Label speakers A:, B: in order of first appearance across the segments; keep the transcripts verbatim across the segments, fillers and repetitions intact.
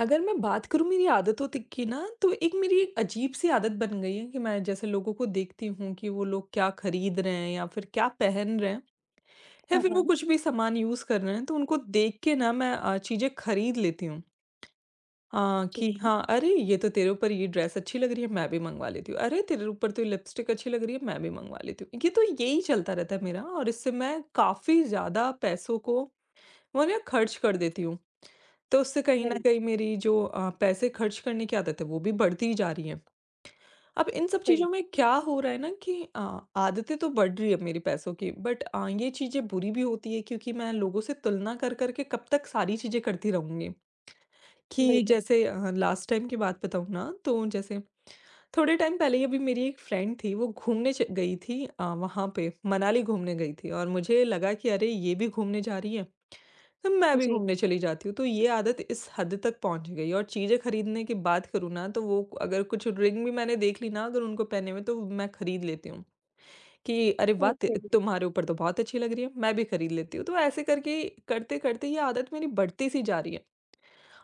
A: अगर मैं बात करूँ मेरी आदतों तक की ना, तो एक मेरी एक अजीब-सी आदत बन गई है कि मैं जैसे लोगों को देखती हूँ कि वो लोग क्या खरीद रहे हैं या फिर क्या पहन रहे हैं, या
B: हाँ,
A: फिर वो
B: हाँ,
A: कुछ भी सामान यूज़ कर रहे हैं, तो उनको देख के ना मैं अ, चीज़ें खरीद लेती हूँ। अ,
B: ठीक
A: कि
B: है।
A: हाँ, "अरे! ये तो तेरे ऊपर ये ड्रेस अच्छी लग रही है, मैं भी मँगवा लेती हूँ। अरे! तेरे ऊपर तो ये लिपस्टिक अच्छी लग रही है, मैं भी मँगवा लेती हूँ।" ये तो यही चलता रहता है मेरा, और इससे मैं काफ़ी ज़्यादा पैसों को वो ना खर्च कर देती हूँ। तो उससे कहीं न
B: राइट,
A: कहीं मेरी जो अ, पैसे खर्च करने की आदत है, वो भी बढ़ती ही जा रही है। अब इन सब चीज़ों में
B: राइट,
A: क्या हो रहा है ना कि अ, आदतें तो बढ़ रही है मेरी पैसों की, बट अ, ये चीज़ें बुरी भी होती है क्योंकि मैं लोगों से तुलना कर, कर के कब तक सारी चीज़ें करती रहूँगी। कि
B: बिल्कुल।
A: जैसे अ, लास्ट टाइम की बात बताऊँ ना, तो जैसे थोड़े टाइम पहले ही अभी मेरी एक फ्रेंड थी, वो घूमने च गई थी, अ, वहाँ पे मनाली घूमने गई थी, और मुझे लगा कि अरे! ये भी घूमने जा रही है, तो मैं भी
B: जी,
A: घूमने चली जाती हूँ। तो ये आदत इस हद तक पहुँच गई, और चीज़ें खरीदने की बात करूँ ना, तो वो अगर कुछ रिंग भी मैंने देख ली ना अगर उनको पहने हुए, तो मैं खरीद लेती हूँ कि अरे वाह! त
B: ओके,
A: तुम्हारे ऊपर तो बहुत अच्छी लग रही है, मैं भी खरीद लेती हूँ। तो ऐसे करके करते-करते ये आदत मेरी बढ़ती सी जा रही है।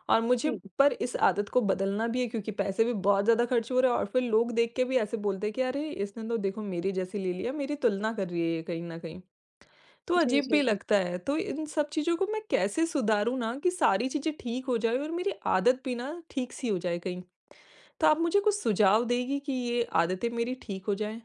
A: और मुझे
B: जी,
A: पर इस आदत को बदलना भी है क्योंकि पैसे भी बहुत ज़्यादा खर्च हो रहे हैं, और फिर लोग देख के भी ऐसे बोलते हैं कि अरे इसने तो देखो मेरी जैसी ले लिया, मेरी तुलना कर रही है ये, कहीं ना कहीं तो
B: जी,
A: अजीब भी जी
B: जी।
A: लगता है। तो इन सब चीज़ों को मैं कैसे सुधारूँ ना कि सारी चीज़ें ठीक हो जाए और मेरी आदत भी ना ठीक सी हो जाए कहीं। तो आप मुझे कुछ सुझाव देगी कि ये आदतें मेरी ठीक हो जाए?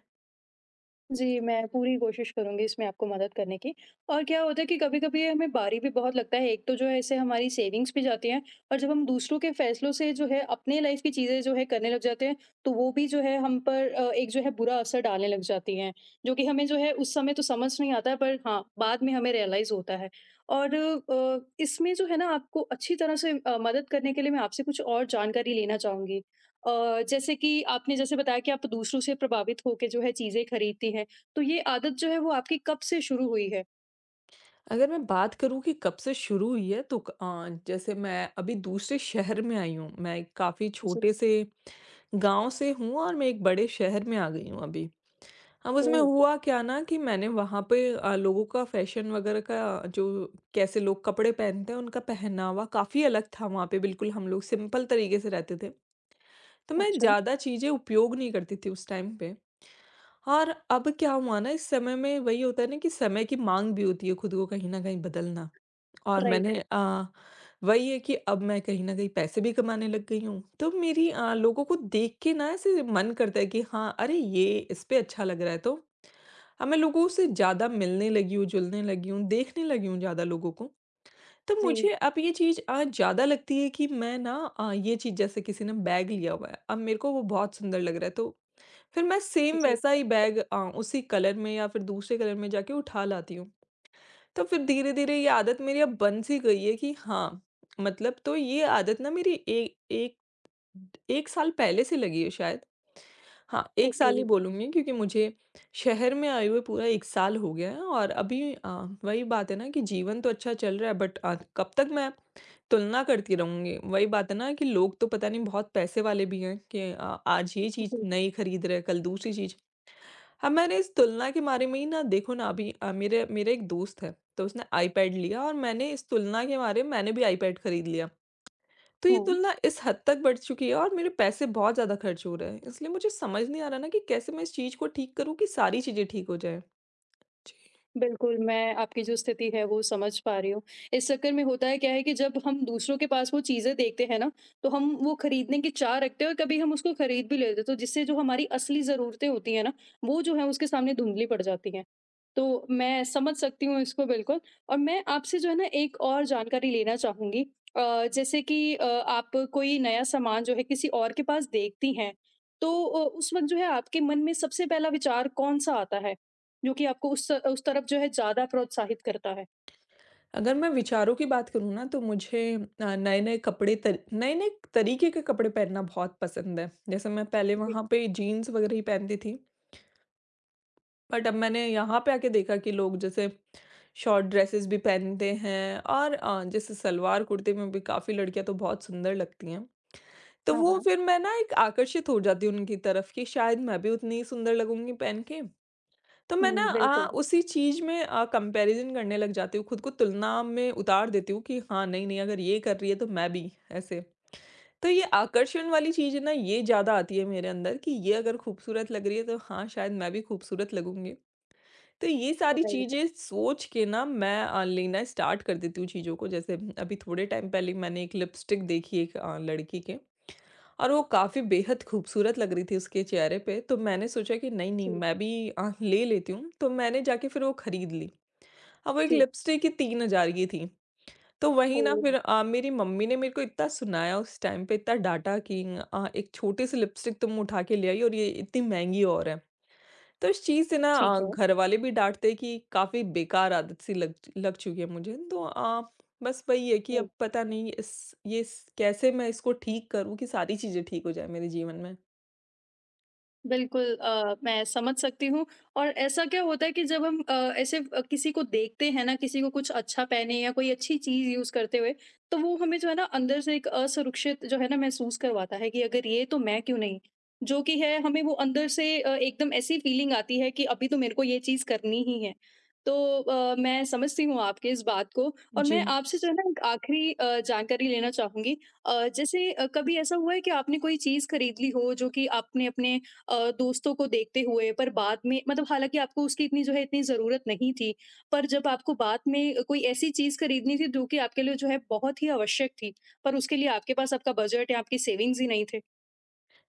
B: जी, मैं पूरी कोशिश करूँगी इसमें आपको मदद करने की। और क्या होता है कि कभी-कभी हमें बारी भी बहुत लगता है, एक तो जो है इससे हमारी सेविंग्स भी जाती हैं और जब हम दूसरों के फैसलों से जो है अपने लाइफ़ की चीज़ें जो है करने लग जाते हैं, तो वो भी जो है हम पर अ, एक जो है बुरा असर डालने लग जाती हैं, जो कि हमें जो है उस समय तो समझ नहीं आता है पर हाँ, बाद में हमें रियलाइज़ होता है। और अ, इसमें जो है ना आपको अच्छी तरह से अ, मदद करने के लिए मैं आपसे कुछ और जानकारी लेना चाहूँगी। अ, जैसे कि आपने जैसे बताया कि आप दूसरों से प्रभावित होके जो है चीज़ें खरीदती हैं, तो ये आदत जो है वो आपकी कब से शुरू हुई है?
A: अगर मैं बात करूँ कि कब से शुरू हुई है तो क- अ, जैसे मैं अभी दूसरे शहर में आई हूँ। मैं एक काफी
B: जी।
A: छोटे से गांव से हूँ, और मैं एक बड़े शहर में आ गई हूँ अभी। अब उसमें
B: ओह!
A: हुआ क्या ना कि मैंने वहां पे अ, लोगों का फैशन वगैरह का, जो कैसे लोग कपड़े पहनते हैं, उनका पहनावा काफी अलग था। वहां पे बिल्कुल हम लोग सिंपल तरीके से रहते थे, तो मैं
B: अच्छा,
A: ज़्यादा चीज़ें उपयोग नहीं करती थी उस टाइम पे। और अब क्या हुआ ना, इस समय में वही होता है ना कि समय की माँग भी होती है, खुद को कहीं न कहीं बदलना। और
B: राइट।
A: मैंने अ, वही है कि अब मैं कहीं न कहीं पैसे भी कमाने लग गई हूँ। तो मेरी अ, लोगों को देख के ना ऐसे मन करता है कि हाँ, अरे ये इस पे अच्छा लग रहा है तो। अब मैं लोगों से ज़्यादा मिलने लगी हूँ, जुलने लगी हूँ, देखने लगी हूँ ज़्यादा लोगों को। तो मुझे
B: जी,
A: अब ये चीज़ अ, ज़्यादा लगती है कि मैं ना अ, ये चीज़ जैसे किसी ने बैग लिया हुआ है, अब मेरे को वो बहुत सुंदर लग रहा है, तो फिर मैं सेम
B: जी।
A: वैसा ही बैग अ, उसी कलर में या फिर दूसरे कलर में जाके उठा लाती हूँ। तो फिर धीरे-धीरे ये आदत मेरी अब बन सी गई है कि हाँ, मतलब तो ये आदत ना मेरी ए एक 1 साल पहले से लगी है शायद। हाँ, एक
B: ओके,
A: साल ही बोलूँगी क्योंकि मुझे शहर में आए हुए पूरा एक साल हो गया है, और अभी अ, वही बात है ना कि जीवन तो अच्छा चल रहा है, बट अ, कब तक मैं तुलना करती रहूँगी। वही बात है ना कि लोग तो पता नहीं बहुत पैसे वाले भी हैं कि अ, आज ये चीज़
B: जी,
A: नई खरीद रहे हैं, कल दूसरी चीज़। अब मैंने इस तुलना के मारे में ही ना देखो ना, अभी अ, मेरे मेरा एक दोस्त है, तो उसने आईपैड लिया और मैंने इस तुलना के मारे मैंने भी आईपैड खरीद लिया। तो ये
B: हाँ।
A: तुलना इस हद तक बढ़ चुकी है, और मेरे पैसे बहुत ज़्यादा खर्च हो रहे हैं। इसलिए मुझे समझ नहीं आ रहा ना कि कैसे मैं इस चीज़ को ठीक करूँ कि सारी चीज़ें ठीक हो जाएँ? जी।
B: बिल्कुल, मैं आपकी जो स्थिति है वो समझ पा रही हूँ। इस चक्कर में होता है क्या है कि जब हम दूसरों के पास वो चीज़ें देखते हैं ना, तो हम वो खरीदने की चाह रखते हैं और कभी हम उसको खरीद भी लेते हैं, तो जिससे जो हमारी असली ज़रूरतें होती हैं ना, वो जो है उसके सामने धुंधली पड़ जाती हैं। तो मैं समझ सकती हूँ इसको बिल्कुल। और मैं आपसे जो है ना एक और जानकारी लेना चाहूँगी। अ, जैसे कि अ, आप कोई नया सामान जो है किसी और के पास देखती हैं, तो अ, उस वक़्त जो है आपके मन में सबसे पहला विचार कौन-सा आता है? जो कि आपको उस उस तरफ जो है ज़्यादा प्रोत्साहित करता है।
A: अगर मैं विचारों की बात करूँ ना, तो मुझे अ, नए-नए कपड़े तर नए-नए तरीके के कपड़े पहनना बहुत पसंद है। जैसे मैं पहले
B: जी,
A: वहाँ पे जीन्स वग़ैरह ही पहनती थी। बट अब मैंने यहाँ पे आके देखा कि लोग जैसे शॉर्ट ड्रेसेस भी पहनते हैं, और अ, जैसे सलवार कुर्ते में भी काफ़ी लड़कियाँ तो बहुत सुंदर लगती हैं। तो
B: हाँ,
A: वो
B: हाँ।
A: फिर मैं ना एक आकर्षित हो जाती हूँ उनकी तरफ कि शायद मैं भी उतनी ही सुंदर लगूँगी पहन के। तो मैं ना
B: हुँ,
A: अ,
B: बिल्कुल,
A: उसी चीज़ में अ, कंपैरिज़न करने लग जाती हूँ, खुद को तुलना में उतार देती हूँ कि हाँ, नहीं, नहीं, अगर ये कर रही है तो मैं भी ऐसे। तो ये आकर्षण वाली चीज़ है ना, ये ज़्यादा आती है मेरे अंदर कि ये अगर खूबसूरत लग रही है तो हाँ, शायद मैं भी खूबसूरत लगूँगी। तो ये सारी
B: राइट।
A: चीज़ें सोच के ना मैं अ, लेना स्टार्ट कर देती हूँ चीज़ों को। जैसे अभी थोड़े टाइम पहले मैंने एक लिपस्टिक देखी एक अ, लड़की के। और वो काफ़ी बेहद खूबसूरत लग रही थी उसके चेहरे पे, तो मैंने सोचा कि नहीं-नहीं
B: जी,
A: मैं भी अ, ले लेती हूँ, तो मैंने जाके फिर वो खरीद ली। अब वो एक
B: जी।
A: लिपस्टिक ही तीन हज़ार की थी, तो वहीं ना
B: ओह!
A: फिर अ, मेरी मम्मी ने मेरे को इतना सुनाया उस टाइम पे, इतना डाँटा कि अ, "एक छोटी-सी लिपस्टिक तुम उठा के ले आई, और ये इतनी महँगी और है।" तो इस चीज़ से ना अ,
B: ठीक है।
A: घर वाले भी डाँटते हैं कि काफ़ी बेकार आदत सी लग लग चुकी है मुझे। तो अ, बस वही है कि अब
B: हुँ।
A: पता नहीं इस, ये स कैसे मैं इसको ठीक करूँ कि सारी चीज़ें ठीक हो जाएँ मेरे जीवन में।
B: बिल्कुल, अ, मैं समझ सकती हूँ। और ऐसा क्या होता है कि जब हम अ, ऐसे अ, किसी को देखते हैं ना, किसी को कुछ अच्छा पहने या कोई अच्छी चीज़ यूज़ करते हुए, तो वो हमें जो है ना अंदर से एक असुरक्षित जो है ना महसूस करवाता है कि अगर ये तो मैं क्यों नहीं, जो कि है हमें, वो अंदर से अ, एकदम ऐसी फीलिंग आती है कि अभी तो मेरे को ये चीज़ करनी ही है। तो अ, मैं समझती हूँ आपके इस बात को। और
A: जी।
B: मैं आपसे जो है ना एक आखिरी अ, जानकारी लेना चाहूंगी। अ, जैसे अ, कभी ऐसा हुआ है कि आपने कोई चीज़ खरीद ली हो जो कि आपने अपने अ, दोस्तों को देखते हुए, पर बाद में मतलब हालाँकि आपको उसकी इतनी जो है इतनी ज़रूरत नहीं थी, पर जब आपको बाद में कोई ऐसी चीज़ खरीदनी थी जो कि आपके लिए जो है बहुत ही आवश्यक थी, पर उसके लिए आपके पास आपका बजट या आपकी सेविंग्स ही नहीं थे?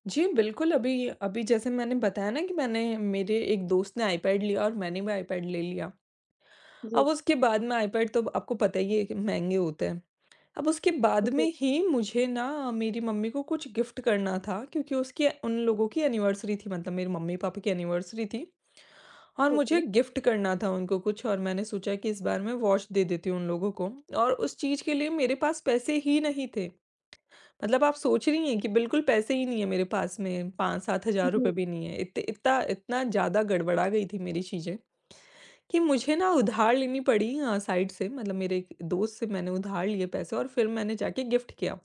A: जी, बिल्कुल, अभी अभी जैसे मैंने बताया ना कि मैंने, मेरे एक दोस्त ने आईपैड लिया, और मैंने भी आईपैड ले लिया।
B: जी।
A: अब उसके बाद में आईपैड तो आपको पता ही है कि महँगे होते हैं। अब उसके बाद में
B: जी,
A: ही मुझे ना मेरी मम्मी को कुछ गिफ्ट करना था क्योंकि उसकी, उन लोगों की एनिवर्सरी थी, मतलब मेरे मम्मी-पापा की एनिवर्सरी थी, और
B: ओके।
A: मुझे गिफ्ट करना था उनको कुछ, और मैंने सोचा कि इस बार मैं वॉच दे देती हूँ उन लोगों को। और उस चीज़ के लिए मेरे पास पैसे ही नहीं थे। मतलब आप सोच रही हैं कि बिल्कुल पैसे ही नहीं है मेरे पास में, पाँच से सात हज़ार रुपए भी नहीं है। इत इतना इतना ज़्यादा गड़बड़ा गई थी मेरी चीज़ें कि मुझे ना उधार लेनी पड़ी अ, साइड से, मतलब मेरे एक दोस्त से मैंने उधार लिए पैसे, और फिर मैंने जाके गिफ्ट किया।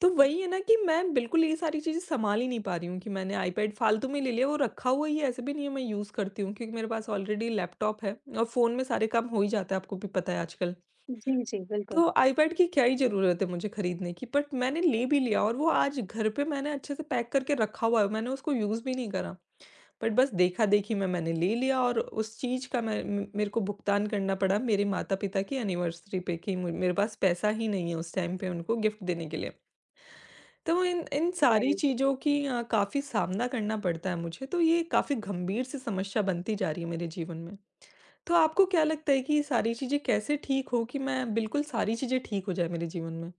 A: तो वही है ना कि मैं बिल्कुल ये सारी चीज़ें सँभाल ही नहीं पा रही हूँ कि मैंने आईपैड फालतू में ले लिया, वो रखा हुआ ही है, ऐसे भी नहीं है मैं यूज़ करती हूँ क्योंकि मेरे पास ऑलरेडी लैपटॉप है, और फ़ोन में सारे काम हो ही जाता है, आपको भी पता है आजकल।
B: जी, जी, जी, बिल्कुल,
A: तो आईपैड की क्या ही ज़रूरत है मुझे खरीदने की, बट मैंने ले भी लिया, और वो आज घर पे मैंने अच्छे से पैक करके रखा हुआ है, मैंने उसको यूज़ भी नहीं करा। बट बस देखा-देखी में मैंने ले लिया, और उस चीज़ का मैं म मेरे को भुगतान करना पड़ा मेरे माता-पिता की एनिवर्सरी पे कि म मेरे पास पैसा ही नहीं है उस टाइम पे उनको गिफ्ट देने के लिए। तो इन इन सारी
B: राइट।
A: चीज़ों की अ, काफ़ी सामना करना पड़ता है मुझे, तो ये काफ़ी गंभीर सी समस्या बनती जा रही है मेरे जीवन में। तो आपको क्या लगता है कि ये सारी चीज़ें कैसे ठीक हो कि मैं, बिल्कुल सारी चीज़ें ठीक हो जाए मेरे जीवन में?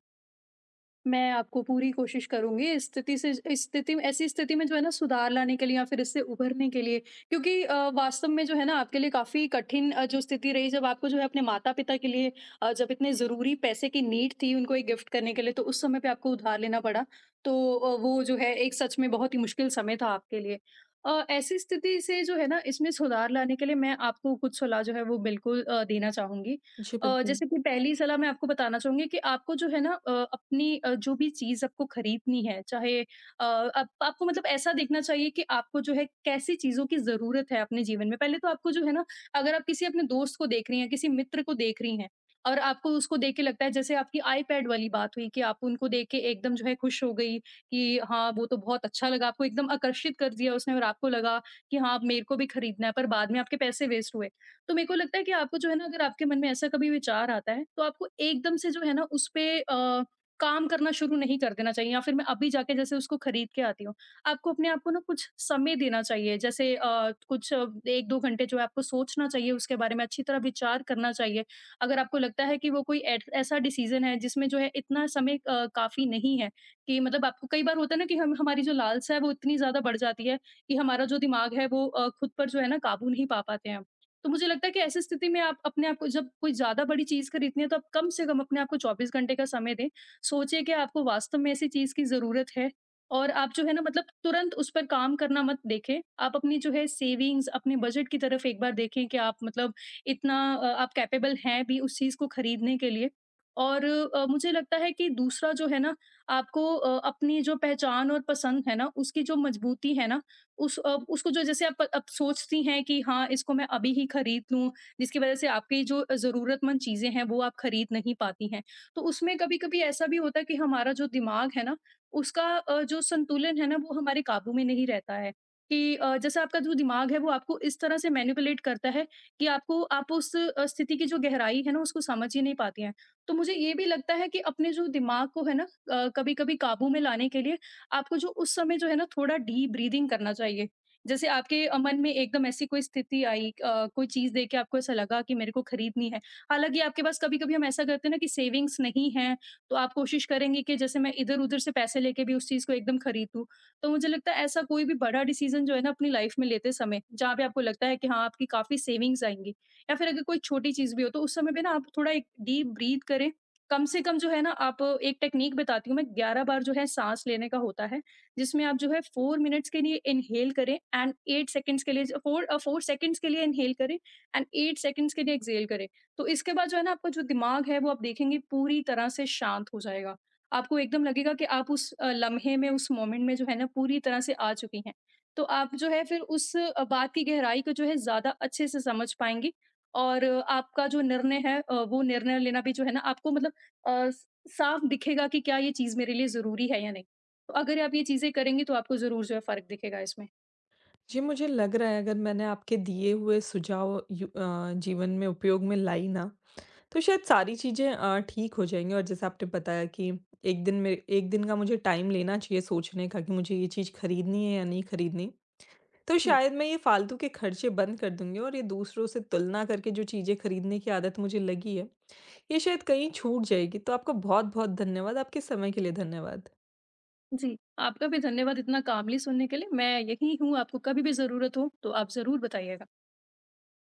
B: मैं आपको पूरी कोशिश करूँगी इस स्थिति से, इस स्थिति में, ऐसी स्थिति में जो है ना सुधार लाने के लिए या फिर इससे उभरने के लिए, क्योंकि अ, वास्तव में जो है ना आपके लिए काफ़ी कठिन अ, जो स्थिति रही जब आपको जो है अपने माता-पिता के लिए, अ, जब इतने ज़रूरी पैसे की नीड थी उनको एक गिफ्ट करने के लिए, तो उस समय पे आपको उधार लेना पड़ा। तो अ, वो जो है एक सच में बहुत ही मुश्किल समय था आपके लिए। अ, ऐसी स्थिति से जो है ना इसमें सुधार लाने के लिए मैं आपको कुछ सलाह जो है वो बिल्कुल अ, देना चाहूँगी।
A: जी,
B: अ,
A: बिल्कुल।
B: जैसे कि पहली सलाह मैं आपको बताना चाहूँगी कि आपको जो है ना अ, अपनी अ, जो भी चीज़ आपको खरीदनी है चाहे, अ, आप आपको मतलब ऐसा देखना चाहिए कि आपको जो है कैसी चीज़ों की ज़रूरत है अपने जीवन में। पहले तो आपको जो है ना अगर आप किसी अपने दोस्त को देख रही हैं, किसी मित्र को देख रही हैं और आपको उसको देख के लगता है, जैसे आपकी आईपैड वाली बात हुई कि आप उनको देख के एकदम जो है खुश हो गई कि हाँ, वो तो बहुत अच्छा लगा, आपको एकदम आकर्षित कर दिया उसने और आपको लगा कि हाँ, अब मेरे को भी खरीदना है, पर बाद में आपके पैसे वेस्ट हुए। तो मेरे को लगता है कि आपको जो है ना अगर आपके मन में ऐसा कभी विचार आता है तो आपको एकदम से जो है ना उस पे अ, काम करना शुरू नहीं कर देना चाहिए या फिर मैं अभी जाके जैसे उसको खरीद के आती हूँ। आपको अपने आप को ना कुछ समय देना चाहिए, जैसे अ, कुछ अ, एक दो घंटे जो है आपको सोचना चाहिए, उसके बारे में अच्छी तरह विचार करना चाहिए। अगर आपको लगता है कि वो कोई ऐट- ऐसा डिसीजन है जिसमें जो है इतना समय अ, काफी नहीं है, कि मतलब आपको कई बार होता है ना कि हम, हमारी जो लालसा है वो इतनी ज्यादा बढ़ जाती है कि हमारा जो दिमाग है वो अ, खुद पर जो है ना काबू नहीं पा पाते हैं हम। तो मुझे लगता है कि ऐसी स्थिति में आप अपने आप को जब कोई ज़्यादा बड़ी चीज़ खरीदनी है तो आप कम से कम अपने आप को चौबीस घंटे का समय दें। सोचें कि आपको वास्तव में ऐसी चीज़ की ज़रूरत है और आप जो है ना मतलब तुरंत उस पर काम करना मत देखें। आप अपनी जो है सेविंग्स, अपने बजट की तरफ एक बार देखें कि आप मतलब इतना, अ, आप कैपेबल हैं भी उस चीज़ को खरीदने के लिए। और अ, मुझे लगता है कि दूसरा जो है ना, आपको अ, अपनी जो पहचान और पसंद है ना, उसकी जो मजबूती है ना, उस अ, उसको जो, जैसे आप आप सोचती हैं कि हाँ, इसको मैं अभी ही खरीद लूँ, जिसकी वज़ह से आपकी जो ज़रूरतमंद चीज़ें हैं, वो आप खरीद नहीं पाती हैं। तो उसमें कभी-कभी ऐसा भी होता है कि हमारा जो दिमाग है ना, उसका अ, जो संतुलन है ना, वो हमारे काबू में नहीं रहता है, कि अ, जैसे आपका जो दिमाग है, वो आपको इस तरह से मैनिपुलेट करता है कि आपको, आप उस अ, स्थिति की जो गहराई है ना, उसको समझ ही नहीं पाती हैं। तो मुझे ये भी लगता है कि अपने जो दिमाग को है ना, अ, कभी-कभी काबू में लाने के लिए आपको जो उस समय जो है ना थोड़ा डीप ब्रीदिंग करना चाहिए। जैसे आपके अ, मन में एकदम ऐसी कोई स्थिति आई, अ, कोई चीज़ देख के आपको ऐसा लगा कि मेरे को खरीदनी है। हालाँकि आपके पास, कभी-कभी हम ऐसा करते हैं ना, कि सेविंग्स नहीं है, तो आप कोशिश करेंगे कि जैसे मैं इधर-उधर से पैसे लेके भी उस चीज़ को एकदम खरीद लूँ। तो मुझे लगता है ऐसा कोई भी बड़ा डिसीज़न जो है ना अपनी लाइफ़ में लेते समय, जहाँ पे आपको लगता है कि हाँ, आपकी काफ़ी सेविंग्स आएँगी या फिर अगर कोई छोटी चीज़ भी हो, तो उस समय पे ना आप थोड़ा एक डीप ब्रीथ करें। कम से कम जो है ना, आप, एक टेक्नीक बताती हूँ मैं, ग्यारह बार जो है साँस लेने का होता है, जिसमें आप जो है चार मिनट्स के लिए इनहेल करें एंड आठ सेकंड्स के लिए ज चार अ, चार सेकंड्स के लिए इनहेल करें एंड आठ सेकंड्स के लिए एक्सहेल करें। तो इसके बाद जो है ना आपका जो दिमाग है वो, आप देखेंगे, पूरी तरह से शांत हो जाएगा। आपको एकदम लगेगा कि आप उस अ, लम्हे में, उस मोमेंट में जो है ना पूरी तरह से आ चुकी हैं। तो आप जो है फिर उस अ, बात की गहराई को जो है ज़्यादा अच्छे से समझ पाएँगी और अ, आपका जो निर्णय है, अ, वो निर्णय लेना भी जो है ना आपको मतलब अ, स साफ दिखेगा कि क्या ये चीज़ मेरे लिए ज़रूरी है या नहीं। तो अगर आप ये चीज़ें करेंगी तो आपको ज़रूर जो है फ़र्क दिखेगा इसमें।
A: जी, मुझे लग रहा है अगर मैंने आपके दिए हुए सुझाव यू अ, जीवन में उपयोग में लाई ना, तो शायद सारी चीज़ें अ, ठीक हो जाएँगी। और जैसे आपने बताया कि एक दिन में एक दिन का मुझे टाइम लेना चाहिए सोचने का कि मुझे ये चीज़ खरीदनी है या नहीं खरीदनी। तो
B: हुँ।
A: शायद मैं ये फालतू के खर्चे बंद कर दूँगी, और ये दूसरों से तुलना करके जो चीज़ें खरीदने की आदत मुझे लगी है, ये शायद कहीं छूट जाएगी। तो आपका बहुत-बहुत धन्यवाद, आपके समय के लिए धन्यवाद।
B: जी, आपका भी धन्यवाद इतना कामली सुनने के लिए। मैं यहीं हूँ, आपको कभी भी ज़रूरत हो तो आप ज़रूर बताइएगा।